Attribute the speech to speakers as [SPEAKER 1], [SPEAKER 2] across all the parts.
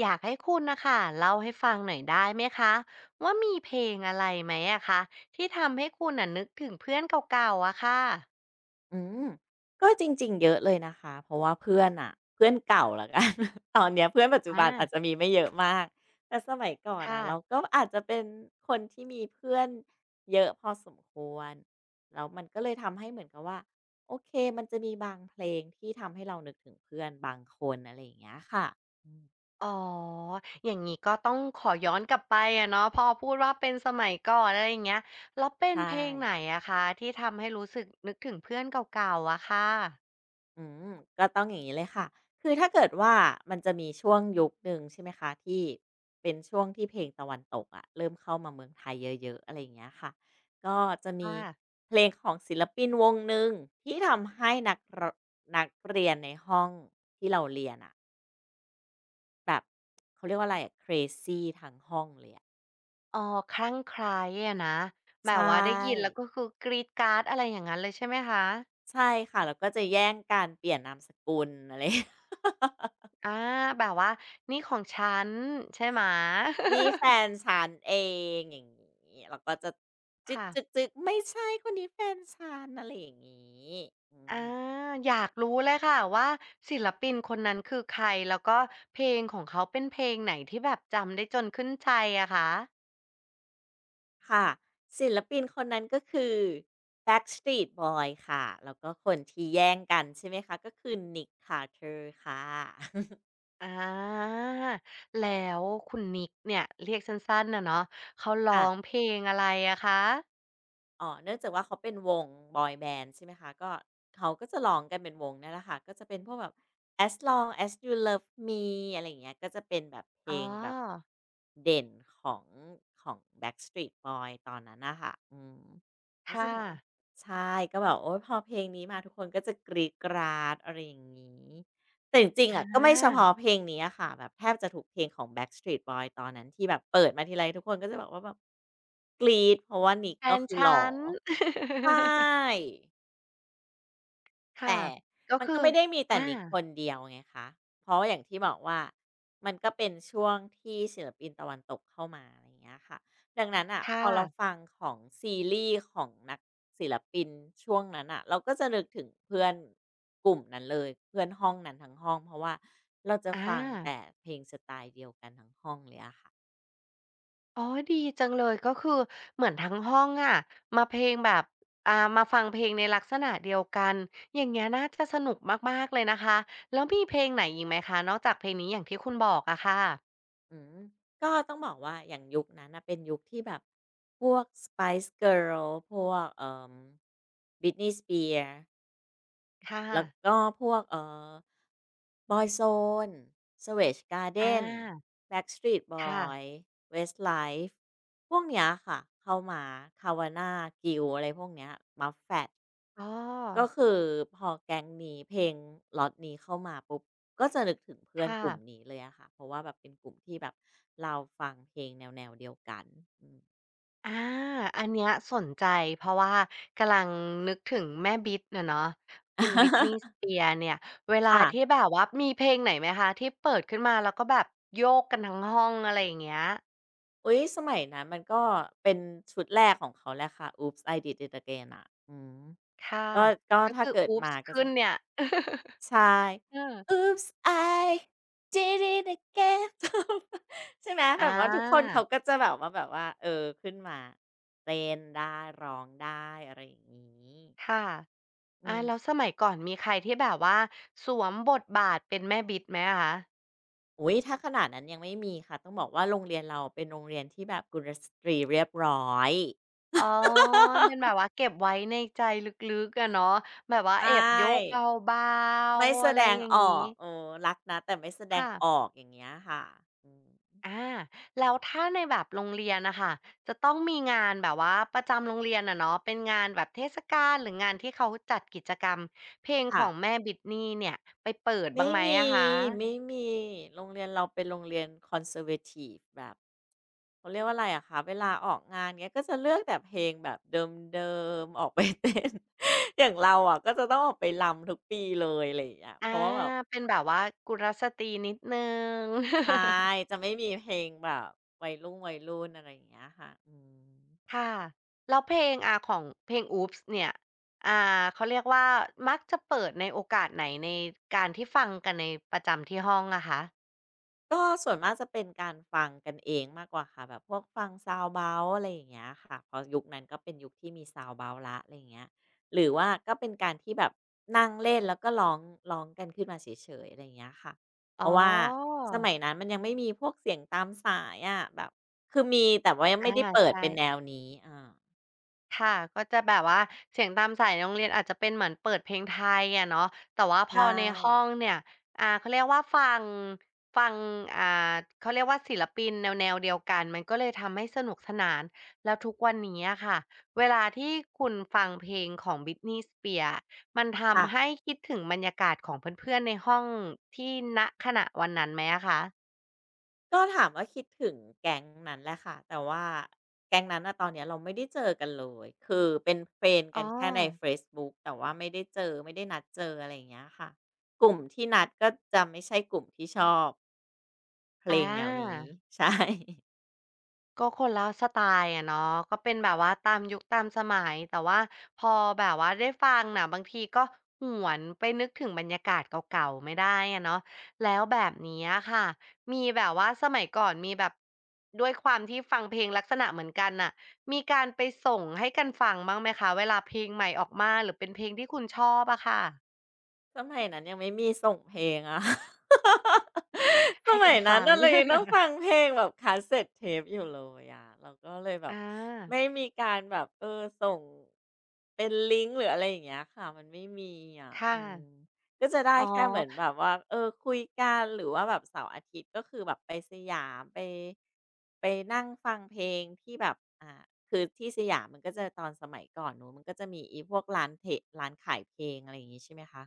[SPEAKER 1] อยากให้คุณนะคะเล่าให้ฟังหน่อยได้ไหมคะว่ามีเพลงอะไรไหมอะคะที่ทำให้คุณน่ะนึกถึงเพื่อนเก่าๆอะค่ะ
[SPEAKER 2] อืมก็จริงๆเยอะเลยนะคะเพราะว่าเพื่อนอะเพื่อนเก่าแล้วกัน ตอนเนี้ยเพื่อนปัจจุบันอาจ
[SPEAKER 1] อา
[SPEAKER 2] จะมีไม่เยอะมากแต่สมัยก่อน
[SPEAKER 1] ค่ะ
[SPEAKER 2] อะเราก็อาจจะเป็นคนที่มีเพื่อนเยอะพอสมควรแล้วมันก็เลยทำให้เหมือนกับว่าโอเคมันจะมีบางเพลงที่ทำให้เรานึกถึงเพื่อนบางคนอะไรอย่างเงี้ยค่ะอืม
[SPEAKER 1] อ๋ออย่างงี้ก็ต้องขอย้อนกลับไปอะเนาะพอพูดว่าเป็นสมัยก่อนอะไรอย่างเงี้ยแล้วเป็น
[SPEAKER 2] ใช่
[SPEAKER 1] เพลงไหนอะคะที่ทำให้รู้สึกนึกถึงเพื่อนเก่าๆอะค่ะ
[SPEAKER 2] อืมก็ต้องอย่างนี้เลยค่ะ คือถ้าเกิดว่ามันจะมีช่วงยุคหนึ่งใช่ไหมคะที่เป็นช่วงที่เพลงตะวันตกอะเริ่มเข้ามาเมืองไทยเยอะๆอะไรอย่างเงี้ยค่ะ ก็จะมี
[SPEAKER 1] ค่ะ
[SPEAKER 2] เพลงของศิลปินวงหนึ่งที่ทำให้นักเรียนในห้องที่เราเรียนอะแบบเขาเรียกว่าอะไรอะ crazy ทั้งห้องเลยอะ
[SPEAKER 1] อ๋อคลั่งไคล้อะนะแบ
[SPEAKER 2] ใช
[SPEAKER 1] บว่าได้ยินแล้
[SPEAKER 2] ่
[SPEAKER 1] วก็คือกรี๊ดกราร์ดอะไรอย่างงั้นเลยใช่ไหมคะ
[SPEAKER 2] ใช่ค่ะแล้วก็จะแย่งการเปลี่ยนนามสกุลอะไร
[SPEAKER 1] อาแบบว่านี่ของฉันใช่ไหม
[SPEAKER 2] นี่แฟ นฉันเองอย่างงี้เราก็จะจึ
[SPEAKER 1] ค่ะ
[SPEAKER 2] ๊กๆๆไม่ใช่คนนี้แฟนฉันอะไรอย่างงี้อื
[SPEAKER 1] อา
[SPEAKER 2] ม
[SPEAKER 1] อยากรู้เลยค่ะว่าศิลปินคนนั้นคือใครแล้วก็เพลงของเขาเป็นเพลงไหนที่แบบจำได้จนขึ้นใจอะคะ
[SPEAKER 2] ค่ะศิลปินคนนั้นก็คือ Backstreet Boys ค่ะแล้วก็คนที่แย่งกันใช่ไหมคะก็คือ Nick Carter ค่ะ
[SPEAKER 1] อาแล้วคุณนิกเนี่ยเรียกสั้นๆอะเนาะเขาร้อ
[SPEAKER 2] ค่ะ
[SPEAKER 1] งเพลงอะไรอะคะ
[SPEAKER 2] อ๋อเนื่องจากว่าเขาเป็นวงบอยแบนด์ใช่ไหมคะก็เขาก็จะร้องกันเป็นวงเนี่ยแหละค่ะก็จะเป็นพวกแบบ As Long As You Love Me อะไรอย่างเงี้ยก็จะเป็นแบบเพล
[SPEAKER 1] อ๋อ
[SPEAKER 2] งแบบเด่นของของ Backstreet b o y ตอนนั้นนะคะก็จะ
[SPEAKER 1] ค่ะ
[SPEAKER 2] บอกว่าใช่ก็แบบโอ้ยพอเพลงนี้มาทุกคนก็จะกรีดกราดอะไรอย่างงี้ แต่จริงๆ
[SPEAKER 1] อ
[SPEAKER 2] อะก็ไม่เฉ
[SPEAKER 1] า
[SPEAKER 2] พาะเพลงนี้อะค่ะแบบแทบจะทุกเพลงของ Backstreet Boys ตอนนั้นที่แบบเปิดมาทีไรทุกคนก็จะบอกว่าแบบกรี๊ดเพราะว่า Nick
[SPEAKER 1] แฟ
[SPEAKER 2] ก็
[SPEAKER 1] น
[SPEAKER 2] คือ
[SPEAKER 1] ฉ
[SPEAKER 2] ห
[SPEAKER 1] ั
[SPEAKER 2] ล่อ
[SPEAKER 1] น
[SPEAKER 2] ใช่
[SPEAKER 1] ค่ะ
[SPEAKER 2] แต่
[SPEAKER 1] ก็
[SPEAKER 2] มัน
[SPEAKER 1] คื
[SPEAKER 2] ก็
[SPEAKER 1] อ
[SPEAKER 2] ไม่ได้มีแต่
[SPEAKER 1] อา
[SPEAKER 2] นิกคนเดียวไงคะเพราะอย่างที่บอกว่ามันก็เป็นช่วงที่ศิลปินตะวันตกเข้ามาอะไรอย่างเงี้ยค่ะดังนั้นอ่ะพ
[SPEAKER 1] ค่ะ
[SPEAKER 2] อเราฟังของซีรีส์ของนักศิลปินช่วงนั้นน่ะเราก็จะนึกถึงเพื่อนกลุ่มนั้นเลยเพื่อนห้องนั้นทั้งห้องเพราะว่าเราจะ
[SPEAKER 1] อ
[SPEAKER 2] ฟังแต่
[SPEAKER 1] า
[SPEAKER 2] เพลงสไตล์เดียวกันทั้งห้องเลยอะค่ะ
[SPEAKER 1] อ๋อดีจังเลยก็คือเหมือนทั้งห้องอะมาเพลงแบบอ่ามาฟังเพลงในลักษณะเดียวกันอย่างเงี้ยน่าจะสนุกมากๆเลยนะคะแล้วมีเพลงไหนอีกไหมคะนอกจากเพลงนี้อย่างที่คุณบอกอะค่ะ
[SPEAKER 2] อืมก็ต้องบอกว่าอย่างยุคนั้นนะเป็นยุคที่แบบพวก Spice Girls พวกBritney Spears
[SPEAKER 1] ค่ะ
[SPEAKER 2] แล้วก็พวกอ Boyzone Savage
[SPEAKER 1] อ
[SPEAKER 2] Garden
[SPEAKER 1] า
[SPEAKER 2] Backstreet
[SPEAKER 1] ค่ะ
[SPEAKER 2] Boys Westlife พวกเนี้ยค่ะเข้ามา Kawana Gill อะไรพวกเนี้ยมาแ f ด
[SPEAKER 1] อ๋
[SPEAKER 2] ก็
[SPEAKER 1] อ
[SPEAKER 2] คือพอแก๊งนี้เพลงล็อตนี้เข้ามาปุ๊บก็จะนึกถึงเพื่อน
[SPEAKER 1] ค่ะ
[SPEAKER 2] กลุ่มนี้เลยอะค่ะเพราะว่าแบบเป็นกลุ่มที่แบบเราฟังเพลงแนวเดียวกันอืม
[SPEAKER 1] อาอันเนี้ยสนใจเพราะว่ากำลังนึกถึงแม่บิ๊ตอะเนาะคุณ Britney Spears เนี่ยเวลาที่
[SPEAKER 2] ค่ะ
[SPEAKER 1] แบบว่ามีเพลงไหนไหมคะที่เปิดขึ้นมาแล้วก็แบบโยกกันทั้งห้องอะไรอย่างเงี้ย
[SPEAKER 2] อุ๊ยสมัยนั้นมันก็เป็นชุดแรกของเขาแหละค่ะ Oops I Did It Again อะ
[SPEAKER 1] ค่ะ
[SPEAKER 2] ก็ก็
[SPEAKER 1] ก็
[SPEAKER 2] ถ้า
[SPEAKER 1] คือ
[SPEAKER 2] เกิดมา
[SPEAKER 1] Oops
[SPEAKER 2] ก็
[SPEAKER 1] ขึ้
[SPEAKER 2] จะ
[SPEAKER 1] นเนี่ย
[SPEAKER 2] ใช่
[SPEAKER 1] เออ
[SPEAKER 2] Oops I did it again ใช่ไหมแบบ
[SPEAKER 1] อา
[SPEAKER 2] ว่าทุกคนเขาก็จะแบบว่าเออขึ้นมาเต้นได้ร้องได้อะไรอย่างนี้
[SPEAKER 1] ค่ะ
[SPEAKER 2] อื
[SPEAKER 1] อาแล้ว
[SPEAKER 2] ม
[SPEAKER 1] สมัยก่อนมีใครที่แบบว่าสวมบทบาทเป็นแม่บิดไหมอะคะ
[SPEAKER 2] อุ้ยถ้าขนาดนั้นยังไม่มีค่ะต้องบอกว่าโรงเรียนเราเป็นโรงเรียนที่แบบกุลสตรีเรียบร้อย
[SPEAKER 1] อ๋อเป็นแบบว่าเก็บไว้ในใจลึกๆอะเนาะแบบว่า
[SPEAKER 2] ใช่
[SPEAKER 1] แอบยกเบา
[SPEAKER 2] ไม่
[SPEAKER 1] ๆ
[SPEAKER 2] แส
[SPEAKER 1] อะ
[SPEAKER 2] ด
[SPEAKER 1] ไร
[SPEAKER 2] ง
[SPEAKER 1] อย่าง
[SPEAKER 2] ออ
[SPEAKER 1] นี้
[SPEAKER 2] กโอ้รักนะแต่ไม่แสดง
[SPEAKER 1] ค่ะ
[SPEAKER 2] ออกอย่างเงี้ยค่ะอืม
[SPEAKER 1] อาแล้วถ้าในแบบโรงเรียนนะค่ะจะต้องมีงานแบบว่าประจำโรงเรียนอะเนาะเป็นงานแบบเทศกาลหรืองานที่เขาจัดกิจกรรมเพลงข
[SPEAKER 2] ค่ะ
[SPEAKER 1] องแม่บิทนี่เนี่ยไปเปิดบ้า
[SPEAKER 2] ไม่
[SPEAKER 1] งไหม
[SPEAKER 2] มี
[SPEAKER 1] อะคะ
[SPEAKER 2] ไม่มีโรงเรียนเราเป็นโรงเรียน conservative แบบเขาเรียกว่าอะไรอะคะเวลาออกงานเงี้ยก็จะเลือกแต่เพลงแบบเดิมๆออกไปเต้น อย่างเราอะก็จะต้องออกไปรำทุกปีเลยอะไรอย่างเงี้ย
[SPEAKER 1] อา
[SPEAKER 2] เพราะว่าแบบ
[SPEAKER 1] เป็นแบบว่ากุลสตรีนิดหนึ่ง
[SPEAKER 2] ใช่ จะไม่มีเพลงแบบวัยรุ่นอะไรอย่างเงี้ยค่ะม
[SPEAKER 1] ค่ะแล้วเพลงของเพลง Oops เนี่ยอ่าเขาเรียกว่ามักจะเปิดในโอกาสไหนในการที่ฟังกันในประจำที่ห้องอะคะ
[SPEAKER 2] ก็ส่วนมากจะเป็นการฟังกันเองมากกว่าค่ะแบบพวกฟังซาวด์เบาส์อะไรอย่างเงี้ยค่ะเพราะยุคนั้นก็เป็นยุคที่มีซาวด์เบาส์ล้อะไรอย่างเงี้ยหรือว่าก็เป็นการที่แบบนั่งเล่นแล้วก็ร้องกันขึ้นมาเฉยๆอะไรอย่างเงี้ยค่ะเพ
[SPEAKER 1] อ๋อ
[SPEAKER 2] ราะว่าสมัยนั้นมันยังไม่มีพวกเสียงตามสายอะแบบคือมีแต่ว่ายัง
[SPEAKER 1] อา
[SPEAKER 2] ไม่ได้เปิด
[SPEAKER 1] ใช่
[SPEAKER 2] เป็นแนวนี้อา
[SPEAKER 1] ค่ะก็จะแบบว่าเสียงตามสายในโรงเรียนอาจจะเป็นเหมือนเปิดเพลงไทยอะเนาะแต่ว่าพ
[SPEAKER 2] ใช่
[SPEAKER 1] อในห้องเนี่ยเขาเรียกว่าฟังฟังอ่าเขาเรียกว่าศิลปินแนวๆเดียวกันมันก็เลยทำให้สนุกสนานแล้วทุกวันนี้อะค่ะเวลาที่คุณฟังเพลงของ Britney Spears อะมัน
[SPEAKER 2] ค่ะ
[SPEAKER 1] ทำให้คิดถึงบรรยากาศของเพื่อนๆในห้องที่ณขณะวันนั้นไหมอะคะ
[SPEAKER 2] ก็ถามว่าคิดถึงแก๊งนั้นแหละค่ะแต่ว่าแก๊งนั้นอะตอนเนี้ยเราไม่ได้เจอกันเลยคือเป็นเฟรนด์
[SPEAKER 1] อ๋
[SPEAKER 2] กั
[SPEAKER 1] อ
[SPEAKER 2] นแค่ในเฟซบุ๊กแต่ว่าไม่ได้เจอไม่ได้นัดเจออะไรอย่างเงี้ยค่ะกลุ่มที่นัดก็จะไม่ใช่กลุ่มที่ชอบเพล
[SPEAKER 1] อ
[SPEAKER 2] งแนวนี้
[SPEAKER 1] า
[SPEAKER 2] ใช่
[SPEAKER 1] ก็คนละสไตล์อะเนาะก็เป็นแบบว่าตามยุคตามสมัยแต่ว่าพอแบบว่าได้ฟังน่ะบางทีก็หวนไปนึกถึงบรรยากาศเก่าๆไม่ได้อะเนาะแล้วแบบนี้อะค่ะมีแบบว่าสมัยก่อนมีแบบด้วยความที่ฟังเพลงลักษณะเหมือนกันน่ะมีการไปส่งให้กันฟังบ้างไหมคะเวลาเพลงใหม่ออกมาหรือเป็นเพลงที่คุณชอบอะค่ะ
[SPEAKER 2] สมัยนั้นยังไม่มีส่งเพลงอะ ส
[SPEAKER 1] ให้กั
[SPEAKER 2] มัย
[SPEAKER 1] นฟั
[SPEAKER 2] นั้น
[SPEAKER 1] ง
[SPEAKER 2] น่ะเรายังต้อง ฟังเพลงแบบคาสเซ็ตเทปอยู่เลยอะเราก็เลยแบ
[SPEAKER 1] อ
[SPEAKER 2] บ
[SPEAKER 1] า
[SPEAKER 2] ไม่มีการแบบส่งเป็นลิงก์หรืออะไรอย่างเงี้ยค่ะมันไม่มีอ่ะ
[SPEAKER 1] ค่ะ
[SPEAKER 2] อืมก็จะได้
[SPEAKER 1] อ๋อ
[SPEAKER 2] แค่เหมือนแบบว่าคุยกันหรือว่าแบบเสาร์อาทิตย์ก็คือแบบไปสยามไปนั่งฟังเพลงที่แบบอ่าคือที่สยามมันก็จะตอนสมัยก่อนนู้นมันก็จะมีอพวกร้านเทร้านขายเพลงอะไรอย่างงี้ใช่ไหมคะ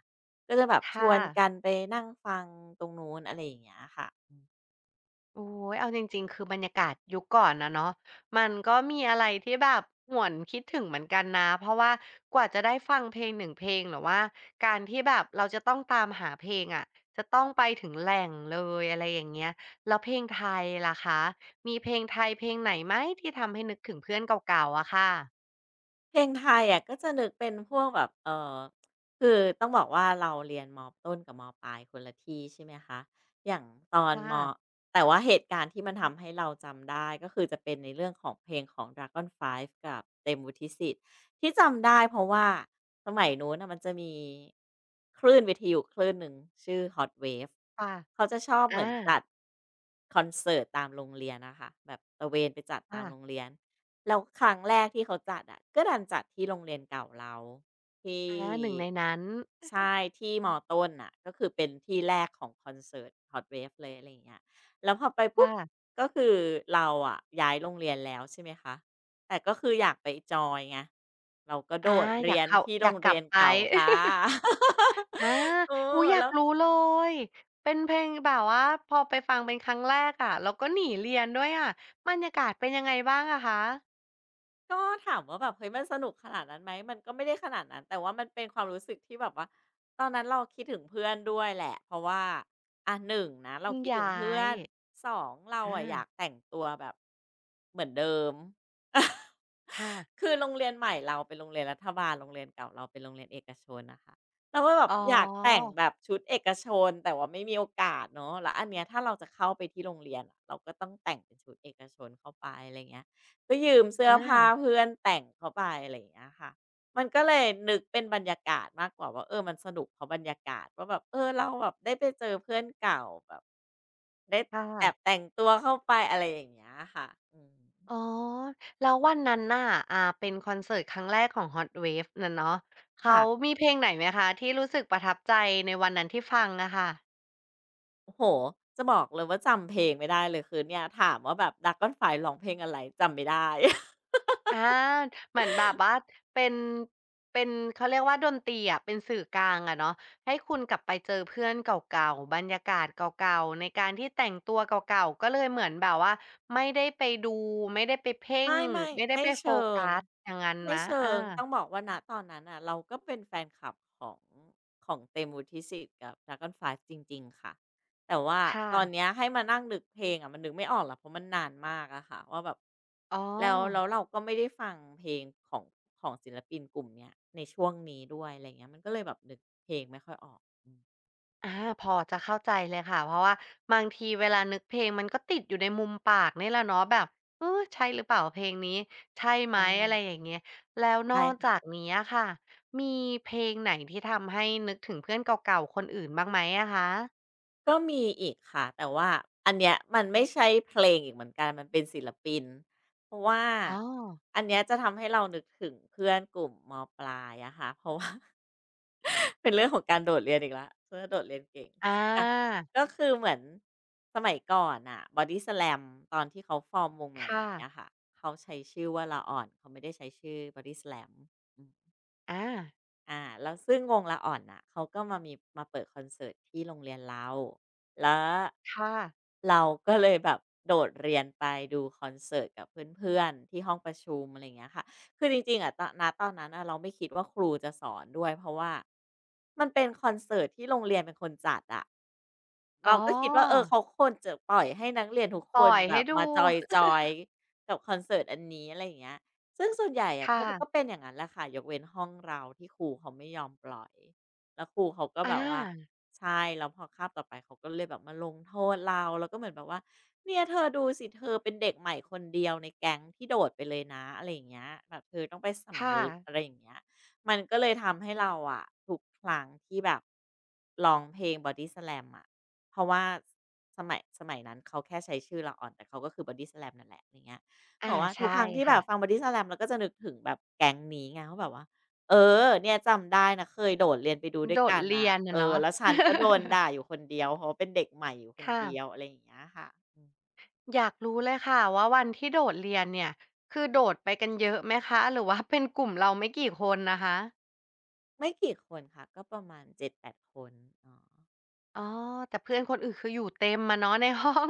[SPEAKER 2] ก็จะแบบชว
[SPEAKER 1] ค่ะ
[SPEAKER 2] นกันไปนั่งฟังตรงนู้นอะไรอย่างเงี้ยค่ะอื
[SPEAKER 1] โอ้ยเอาจริงๆคือบรรยากาศยุคก่อนนะเนาะมันก็มีอะไรที่แบบหวนคิดถึงเหมือนกันนะเพราะว่ากว่าจะได้ฟังเพลงหนึ่งเพลงหรือว่าการที่แบบเราจะต้องตามหาเพลงอะจะต้องไปถึงแหล่งเลยอะไรอย่างเงี้ยแล้วเพลงไทยล่ะคะมีเพลงไทยเพลงไหนไหมที่ทำให้นึกถึงเพื่อนเก่าๆอะค่ะ
[SPEAKER 2] เพลงไทยอะก็จะนึกเป็นพวกแบบอคือต้องบอกว่าเราเรียนมต้นกับมปลายคนละที่ใช่ไหมคะ อย่างตอนม
[SPEAKER 1] ค่ะ
[SPEAKER 2] แต่ว่าเหตุการณ์ที่มันทำให้เราจำได้ก็คือจะเป็นในเรื่องของเพลงของ Dragon 5กับเต็มวุฒิสิทธิ์ที่จำได้เพราะว่าสมัยนู้นน่ะมันจะมีคลื่นวิทยุคลื่นหนึ่งชื่อ Hot Wave
[SPEAKER 1] ค่ะ
[SPEAKER 2] เขาจะชอบเห
[SPEAKER 1] อา
[SPEAKER 2] มือนจัดคอนเสิร์ตตามโรงเรียนนะคะแบบตระเวนไปจัดตา
[SPEAKER 1] ค่ะ
[SPEAKER 2] มโรงเรียน แล้วครั้งแรกที่เขาจัดอะก็ดันจัดที่โรงเรียนเก่าเราที่
[SPEAKER 1] อาหนึ่งในนั้น
[SPEAKER 2] ใช่ที่มต้นน่ะก็คือเป็นที่แรกของคอนเสิร์ต Hot Wave เลยอะไรอย่างเงี้ยแล้วพอไปปุ๊
[SPEAKER 1] ค่ะ
[SPEAKER 2] บก็คือเราอะย้ายโรงเรียนแล้วใช่ไหมคะแต่ก็คืออยากไปจอยไงเราก็โด
[SPEAKER 1] อา
[SPEAKER 2] ด
[SPEAKER 1] อ
[SPEAKER 2] เรี
[SPEAKER 1] ยาก
[SPEAKER 2] ยน
[SPEAKER 1] เข้า
[SPEAKER 2] ที่
[SPEAKER 1] อ
[SPEAKER 2] โร
[SPEAKER 1] ยาก
[SPEAKER 2] ง
[SPEAKER 1] ก
[SPEAKER 2] เรี
[SPEAKER 1] ลับ
[SPEAKER 2] ยน
[SPEAKER 1] ไป
[SPEAKER 2] เก่าค่ะ
[SPEAKER 1] อา
[SPEAKER 2] เอ
[SPEAKER 1] อุ๊ยอยาก
[SPEAKER 2] แล้ว
[SPEAKER 1] รู้เลยเป็นเพลงแบบว่าพอไปฟังเป็นครั้งแรกอะแล้วก็หนีเรียนด้วยอะบรรยากาศเป็นยังไงบ้างอะคะ
[SPEAKER 2] ก็ถามว่าแบบเฮ้ยมันสนุกขนาดนั้นไหมมันก็ไม่ได้ขนาดนั้นแต่ว่ามันเป็นความรู้สึกที่แบบว่าตอนนั้นเราคิดถึงเพื่อนด้วยแหละเพราะว่าอ่ะหนงนะเรา
[SPEAKER 1] เพิ่ง
[SPEAKER 2] คิดถึง
[SPEAKER 1] ย้า
[SPEAKER 2] เพื่อ
[SPEAKER 1] ย
[SPEAKER 2] น2เราอะอยา
[SPEAKER 1] อา
[SPEAKER 2] กแต่งตัวแบบเหมือนเดิม
[SPEAKER 1] ค่ะ
[SPEAKER 2] คือโรงเรียนใหม่เราเป็นโรงเรียนรัฐบาลโรงเรียนเก่าเราเป็นโรงเรียนเอกชนนะคะเราก็แบบ
[SPEAKER 1] อ๋อ
[SPEAKER 2] อยากแต่งแบบชุดเอกชนแต่ว่าไม่มีโอกาสเนาะแล้วอันเนี้ยถ้าเราจะเข้าไปที่โรงเรียนอะเราก็ต้องแต่งเป็นชุดเอกชนเข้าไปอะไรเงี้ย ก็ยืมเสื้อ
[SPEAKER 1] อา
[SPEAKER 2] ผ้าเพื่อนแต่งเขาไปอะไรอย่างเงี้ยค่ะมันก็เลยนึกเป็นบรรยากาศมากกว่าว่ามันสนุกเพราะบรรยากาศว่าแบบเราแบบได้ไปเจอเพื่อนเก่าแบบได้
[SPEAKER 1] ค่ะ
[SPEAKER 2] แอบแต่งตัวเข้าไปอะไรอย่างเงี้ยค่ะอืม
[SPEAKER 1] อ๋อแล้ววันนั้นน่ะเป็นคอนเสิร์ตครั้งแรกของ Hot Waves น่ะเนาะเขา
[SPEAKER 2] ค่ะ
[SPEAKER 1] มีเพลงไหนไหมคะที่รู้สึกประทับใจในวันนั้นที่ฟังอะค่ะ
[SPEAKER 2] โอ้โฮจะบอกเลยว่าจำเพลงไม่ได้เลยคือเนี่ยถามว่าแบบ Dragonfly ร้องเพลงอะไรจำไม่ได้
[SPEAKER 1] อาเหมือนแบบว่าเป็นเป็นเขาเรียกว่าดนตรีอะเป็นสื่อกลางอะเนาะให้คุณกลับไปเจอเพื่อนเก่าๆบรรยากาศเก่าๆในการที่แต่งตัวเก่าๆก็เลยเหมือนแบบว่าไม่ได้ไปดูไม่ได้ไปเพ่ง
[SPEAKER 2] ไม่
[SPEAKER 1] ไม่ได้
[SPEAKER 2] ไม่
[SPEAKER 1] ไปโฟ
[SPEAKER 2] เชิ
[SPEAKER 1] กั
[SPEAKER 2] ง
[SPEAKER 1] สอย่างงั้น
[SPEAKER 2] ไม่
[SPEAKER 1] ไหม
[SPEAKER 2] เชิ
[SPEAKER 1] อา
[SPEAKER 2] งต้องบอกว่าณตอนนั้นน่ะเราก็เป็นแฟนคลับของเตมูทิสิทธิ์กับ Dragonflies จริงๆค่ะแต่ว่า
[SPEAKER 1] ค่ะ
[SPEAKER 2] ตอนเนี้ยให้มานั่งนึกเพลงอะมันนึกไม่ออกหรอกเพราะมันนานมากอะค่ะว่าแบบ
[SPEAKER 1] อ๋อ
[SPEAKER 2] แล้วเราก็ไม่ได้ฟังเพลงของศิลปินกลุ่มเนี้ยในช่วงนี้ด้วยอะไรเงี้ยมันก็เลยแบบนึกเพลงไม่ค่อยออกอืม
[SPEAKER 1] อาพอจะเข้าใจเลยค่ะเพราะว่าบางทีเวลานึกเพลงมันก็ติดอยู่ในมุมปากนี่แหละเนาะแบบเออใช่หรือเปล่าเพลงนี้ใช่ไหม
[SPEAKER 2] ใช่
[SPEAKER 1] อะไรอย่างเงี้ยแล้วนอ
[SPEAKER 2] ใช่
[SPEAKER 1] กจา
[SPEAKER 2] ค่ะ
[SPEAKER 1] กนี้อะค่ะมีเพลงไหนที่ทำให้นึกถึงเพื่อนเก่าๆคนอื่นบ้างไหมอะคะ
[SPEAKER 2] ก็มีอีกค่ะแต่ว่าอันเนี้ยมันไม่ใช่เพลงอีกเหมือนกันมันเป็นศิลปินเพราะว่า
[SPEAKER 1] อ๋อ
[SPEAKER 2] อันเนี้ยจะทำให้เรานึกถึงเพื่อนกลุ่มมปลายอะค่ะ เพราะว่า เป็นเรื่องของการโดดเรียนอีกแล้วเพื่อนโดดเรียนเก่ง
[SPEAKER 1] อา
[SPEAKER 2] อะก็คือเหมือนสมัยก่อนอะบอดี y s l ลมตอนที่เขาฟอร์มวงให
[SPEAKER 1] ค่ะ
[SPEAKER 2] ม่ๆอะค่ะเขาใช้ชื่อว่าละอ่อนเขาไม่ได้ใช้ชื่อบอ d y ้ l a ลม
[SPEAKER 1] อ่า
[SPEAKER 2] อาแล้วซึ่งวงละอ่อนน่ะเขาก็มามีมาเปิดคอนเสิร์ตที่โรงเรียนเราแล้ว
[SPEAKER 1] ค่ะ
[SPEAKER 2] เราก็เลยแบบโดดเรียนไปดูคอนเสิร์ตกับเพื่อนๆที่ห้องประชุมอะไรอย่างเงี้ยค่ะคือจริงๆอะตอนณตอนนั้นอะเราไม่คิดว่าครูจะสอนด้วยเพราะว่ามันเป็นคอนเสิร์ตที่โรงเรียนเป็นคนจัดอะ
[SPEAKER 1] อ๋อ
[SPEAKER 2] เราก็คิดว่าเขาควรจะปล่อยให้นักเรียนทุก
[SPEAKER 1] ป
[SPEAKER 2] ค
[SPEAKER 1] ล่
[SPEAKER 2] น
[SPEAKER 1] อย
[SPEAKER 2] แบ
[SPEAKER 1] ให้
[SPEAKER 2] บ
[SPEAKER 1] ดู
[SPEAKER 2] มาจอยๆกับคอนเสิร์ตอันนี้อะไรอย่างเงี้ยซึ่งส่วนใหญ่อะเขาก็
[SPEAKER 1] ค่ะ
[SPEAKER 2] เป็นอย่างนั้นแหละค่ะยกเว้นห้องเราที่ครูเขาไม่ยอมปล่อยแล้วครูเขาก็แบ
[SPEAKER 1] อ่า
[SPEAKER 2] บว่าใช่แล้วพอคาบต่อไปเขาก็เลยแบบมาลงโทษเราแล้วก็เหมือนแบบว่าเนี่ยเธอดูสิเธอเป็นเด็กใหม่คนเดียวในแก๊งที่โดดไปเลยนะอะไรอย่างเงี้ยแบบเธอต้องไปสำ
[SPEAKER 1] ค่ะ
[SPEAKER 2] นึกอะไรอย่างเงี้ยมันก็เลยทำให้เราอะทุกครั้งที่แบบร้องเพลง Bodyslam อะ เพราะว่าสมัยนั้นเขาแค่ใช้ชื่อละอ่อนแต่เขาก็คือ Body Slam นั่นแหละอะไรเงี้ยบ
[SPEAKER 1] อ่า
[SPEAKER 2] อกว่าทุก
[SPEAKER 1] ใช่
[SPEAKER 2] ครั้งที่แบ
[SPEAKER 1] ค่ะ
[SPEAKER 2] บฟัง Body Slam เราก็จะนึกถึงแบบแก๊งนี้ไงว่าแบบว่าเออเนี่ยจำได้นะเคยโดดเรียนไปดูด้ว
[SPEAKER 1] โด
[SPEAKER 2] ย
[SPEAKER 1] ด
[SPEAKER 2] กัน
[SPEAKER 1] เรี
[SPEAKER 2] น่ะ
[SPEAKER 1] ยน
[SPEAKER 2] เอ
[SPEAKER 1] อะ
[SPEAKER 2] อ
[SPEAKER 1] เนาะ
[SPEAKER 2] แล้วฉันก็โดน ด่าอยู่คนเดียวเพราะว่าเป็นเด็กใหม่อยู่คน
[SPEAKER 1] ค่ะ
[SPEAKER 2] เดียวอะไรอย่างเงี้ยค่ะอืม
[SPEAKER 1] อยากรู้เลยค่ะว่าวันที่โดดเรียนเนี่ยคือโดดไปกันเยอะไหมคะหรือว่าเป็นกลุ่มเราไม่กี่คนนะคะ
[SPEAKER 2] ไม่กี่คนค่ะก็ประมาณเจ็ดแปดคนอ๋อ
[SPEAKER 1] อ๋อแต่เพื่อนคนอื่นคืออยู่เต็มมาเนาะใน ห้อง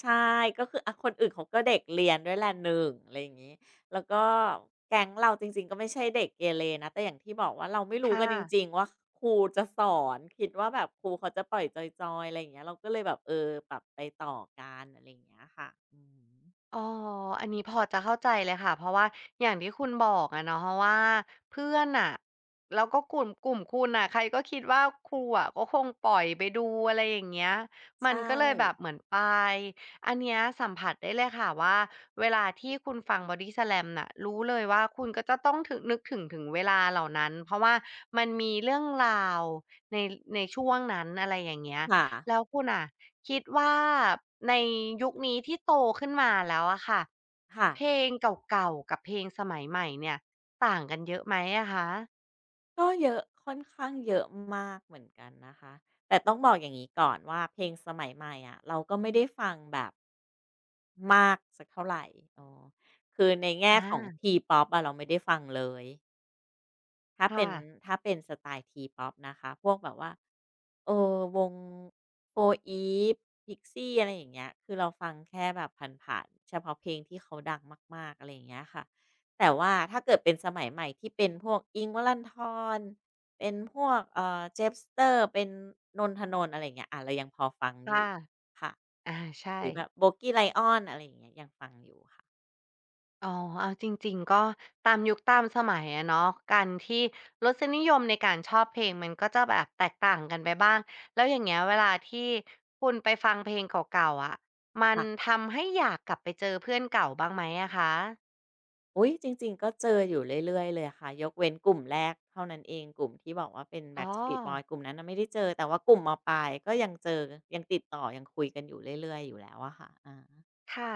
[SPEAKER 2] ใช่ก็คืออะคนอื่นเขาก็เด็กเรียนด้วยแหละหนึ่งอะไรอย่างงี้แล้วก็แก๊งเราจริงๆก็ไม่ใช่เด็กเกเรนะแต่อย่างที่บอกว่าเราไม่
[SPEAKER 1] ค
[SPEAKER 2] รู้กันจริง
[SPEAKER 1] ่ะ
[SPEAKER 2] ๆว่าครูจะสอนคิดว่าแบบครูเขาจะปล่อยจอยๆอะไรอย่างเงี้ยเราก็เลยแบบเออปรับไปต่อกันอะไรอย่างเงี้ยค่ะอือฮึ
[SPEAKER 1] อ๋ออันนี้พอจะเข้าใจเลยค่ะ เพราะว่าอย่างที่คุณบอกอะเนาะเพราะว่าเพื่อนอ่ะแล้วก็กลุ่มคุณน่ะใครก็คิดว่าครูอะก็คงปล่อยไปดูอะไรอย่างเงี้ยมั
[SPEAKER 2] ใช่
[SPEAKER 1] นก็เลยแบบเหมือนไปอันเนี้ยสัมผัสได้เลยค่ะว่าเวลาที่คุณฟัง Body Slam น่ะรู้เลยว่าคุณก็จะต้องนึกถึงเวลาเหล่านั้นเพราะว่ามันมีเรื่องราวในในช่วงนั้นอะไรอย่างเงี้ย
[SPEAKER 2] ค่ะ
[SPEAKER 1] แล้วคุณอ่ะคิดว่าในยุคนี้ที่โตขึ้นมาแล้วอะค่ะ
[SPEAKER 2] ค่ะ
[SPEAKER 1] เพลงเก่าๆกับเพลงสมัยใหม่เนี่ยต่างกันเยอะไหมอะคะ
[SPEAKER 2] ก็เยอะค่อนข้างเยอะมากเหมือนกันนะคะแต่ต้องบอกอย่างนี้ก่อนว่าเพลงสมัยใหม่อะเราก็ไม่ได้ฟังแบบมากสักเท่าไหร่ออคือในแง่
[SPEAKER 1] อา
[SPEAKER 2] ของ t p ป๊อปอะเราไม่ได้ฟังเลย ถ้าเป็
[SPEAKER 1] ค่ะ
[SPEAKER 2] นถ้าเป็นสไตล์ทีป p o ปนะคะพวกแบบว่าวง 4EVE พิกซี่อะไรอย่างเงี้ยคือเราฟังแค่แบบผ่านๆเฉพาะเพลงที่เขาดังมากๆอะไรอย่างเงี้ยค่ะแต่ว่าถ้าเกิดเป็นสมัยใหม่ที่เป็นพวกอิงค์วลันทรเป็นพวกเจฟสเตอร์เป็นนนทนนท์อะไรอย่างเงี้ยอะเรายังพอฟังอ
[SPEAKER 1] ค่ะ
[SPEAKER 2] ยู่ค่ะ
[SPEAKER 1] อาใช่
[SPEAKER 2] หรือแบบโบกี้ e ลออนอะไรอย่างเงี้ยยังฟังอยู่ค่ะ
[SPEAKER 1] อ๋อเอาจริงๆก็ตามยุคตามสมัยอะเนาะการที่รสนิยมในการชอบเพลงมันก็จะแบบแตกต่างกันไปบ้างแล้วอย่างเงี้ยเวลาที่คุณไปฟังเพลงเก่าๆอะมันทำให้อยากกลับไปเจอเพื่อนเก่าบ้างไหมอะคะ
[SPEAKER 2] อุ๊ยจริงๆก็เจออยู่เรื่อยๆเลยค่ะยกเว้นกลุ่มแรกเท่านั้นเองกลุ่มที่บอกว่าเป็น
[SPEAKER 1] อ๋อ
[SPEAKER 2] Backstreet Boys กลุ่มนั้นน่ะไม่ได้เจอแต่ว่ากลุ่มมปลายก็ยังเจอยังติดต่อยังคุยกันอยู่เรื่อยๆอยู่แล้วอะค่ะอา
[SPEAKER 1] ค่ะ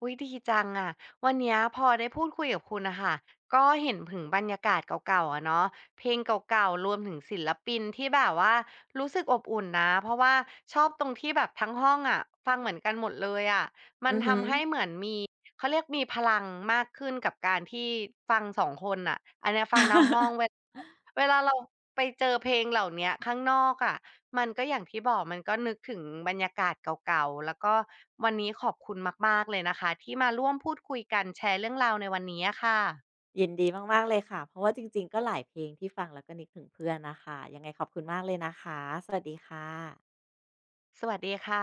[SPEAKER 1] อุ๊ยดีจังอะวันเนี้ยพอได้พูดคุยกับคุณน่ะค่ะก็เห็นถึงบรรยากาศเก่าๆอะเนาะเพลงเก่าๆ รวมถึงศิลปินที่แบบว่ารู้สึกอบอุ่นนะ เพราะว่าชอบตรงที่แบบทั้งห้องอะฟังเหมือนกันหมดเลยอะมัน
[SPEAKER 2] อือฮึ
[SPEAKER 1] ทำให้เหมือนมีเขาเรียกมีพลังมากขึ้นกับการที่ฟังสองคนน่ะอันเนี้ยฟังทั้งห้องเว เวลาเราไปเจอเพลงเหล่าเนี้ยข้างนอกอะ มันก็อย่างที่บอกมันก็นึกถึงบรรยากาศเก่าๆแล้วก็วันนี้ขอบคุณมากๆเลยนะคะที่มาร่วมพูดคุยกันแชร์เรื่องราวในวันนี้ค่ะ
[SPEAKER 2] ยินดีมากๆเลยค่ะเพราะว่าจริงๆก็หลายเพลงที่ฟังแล้วก็นึกถึงเพื่อนน่ะค่ะยังไงขอบคุณมากเลยนะคะสวัสดีค่ะ
[SPEAKER 1] สวัสดีค่ะ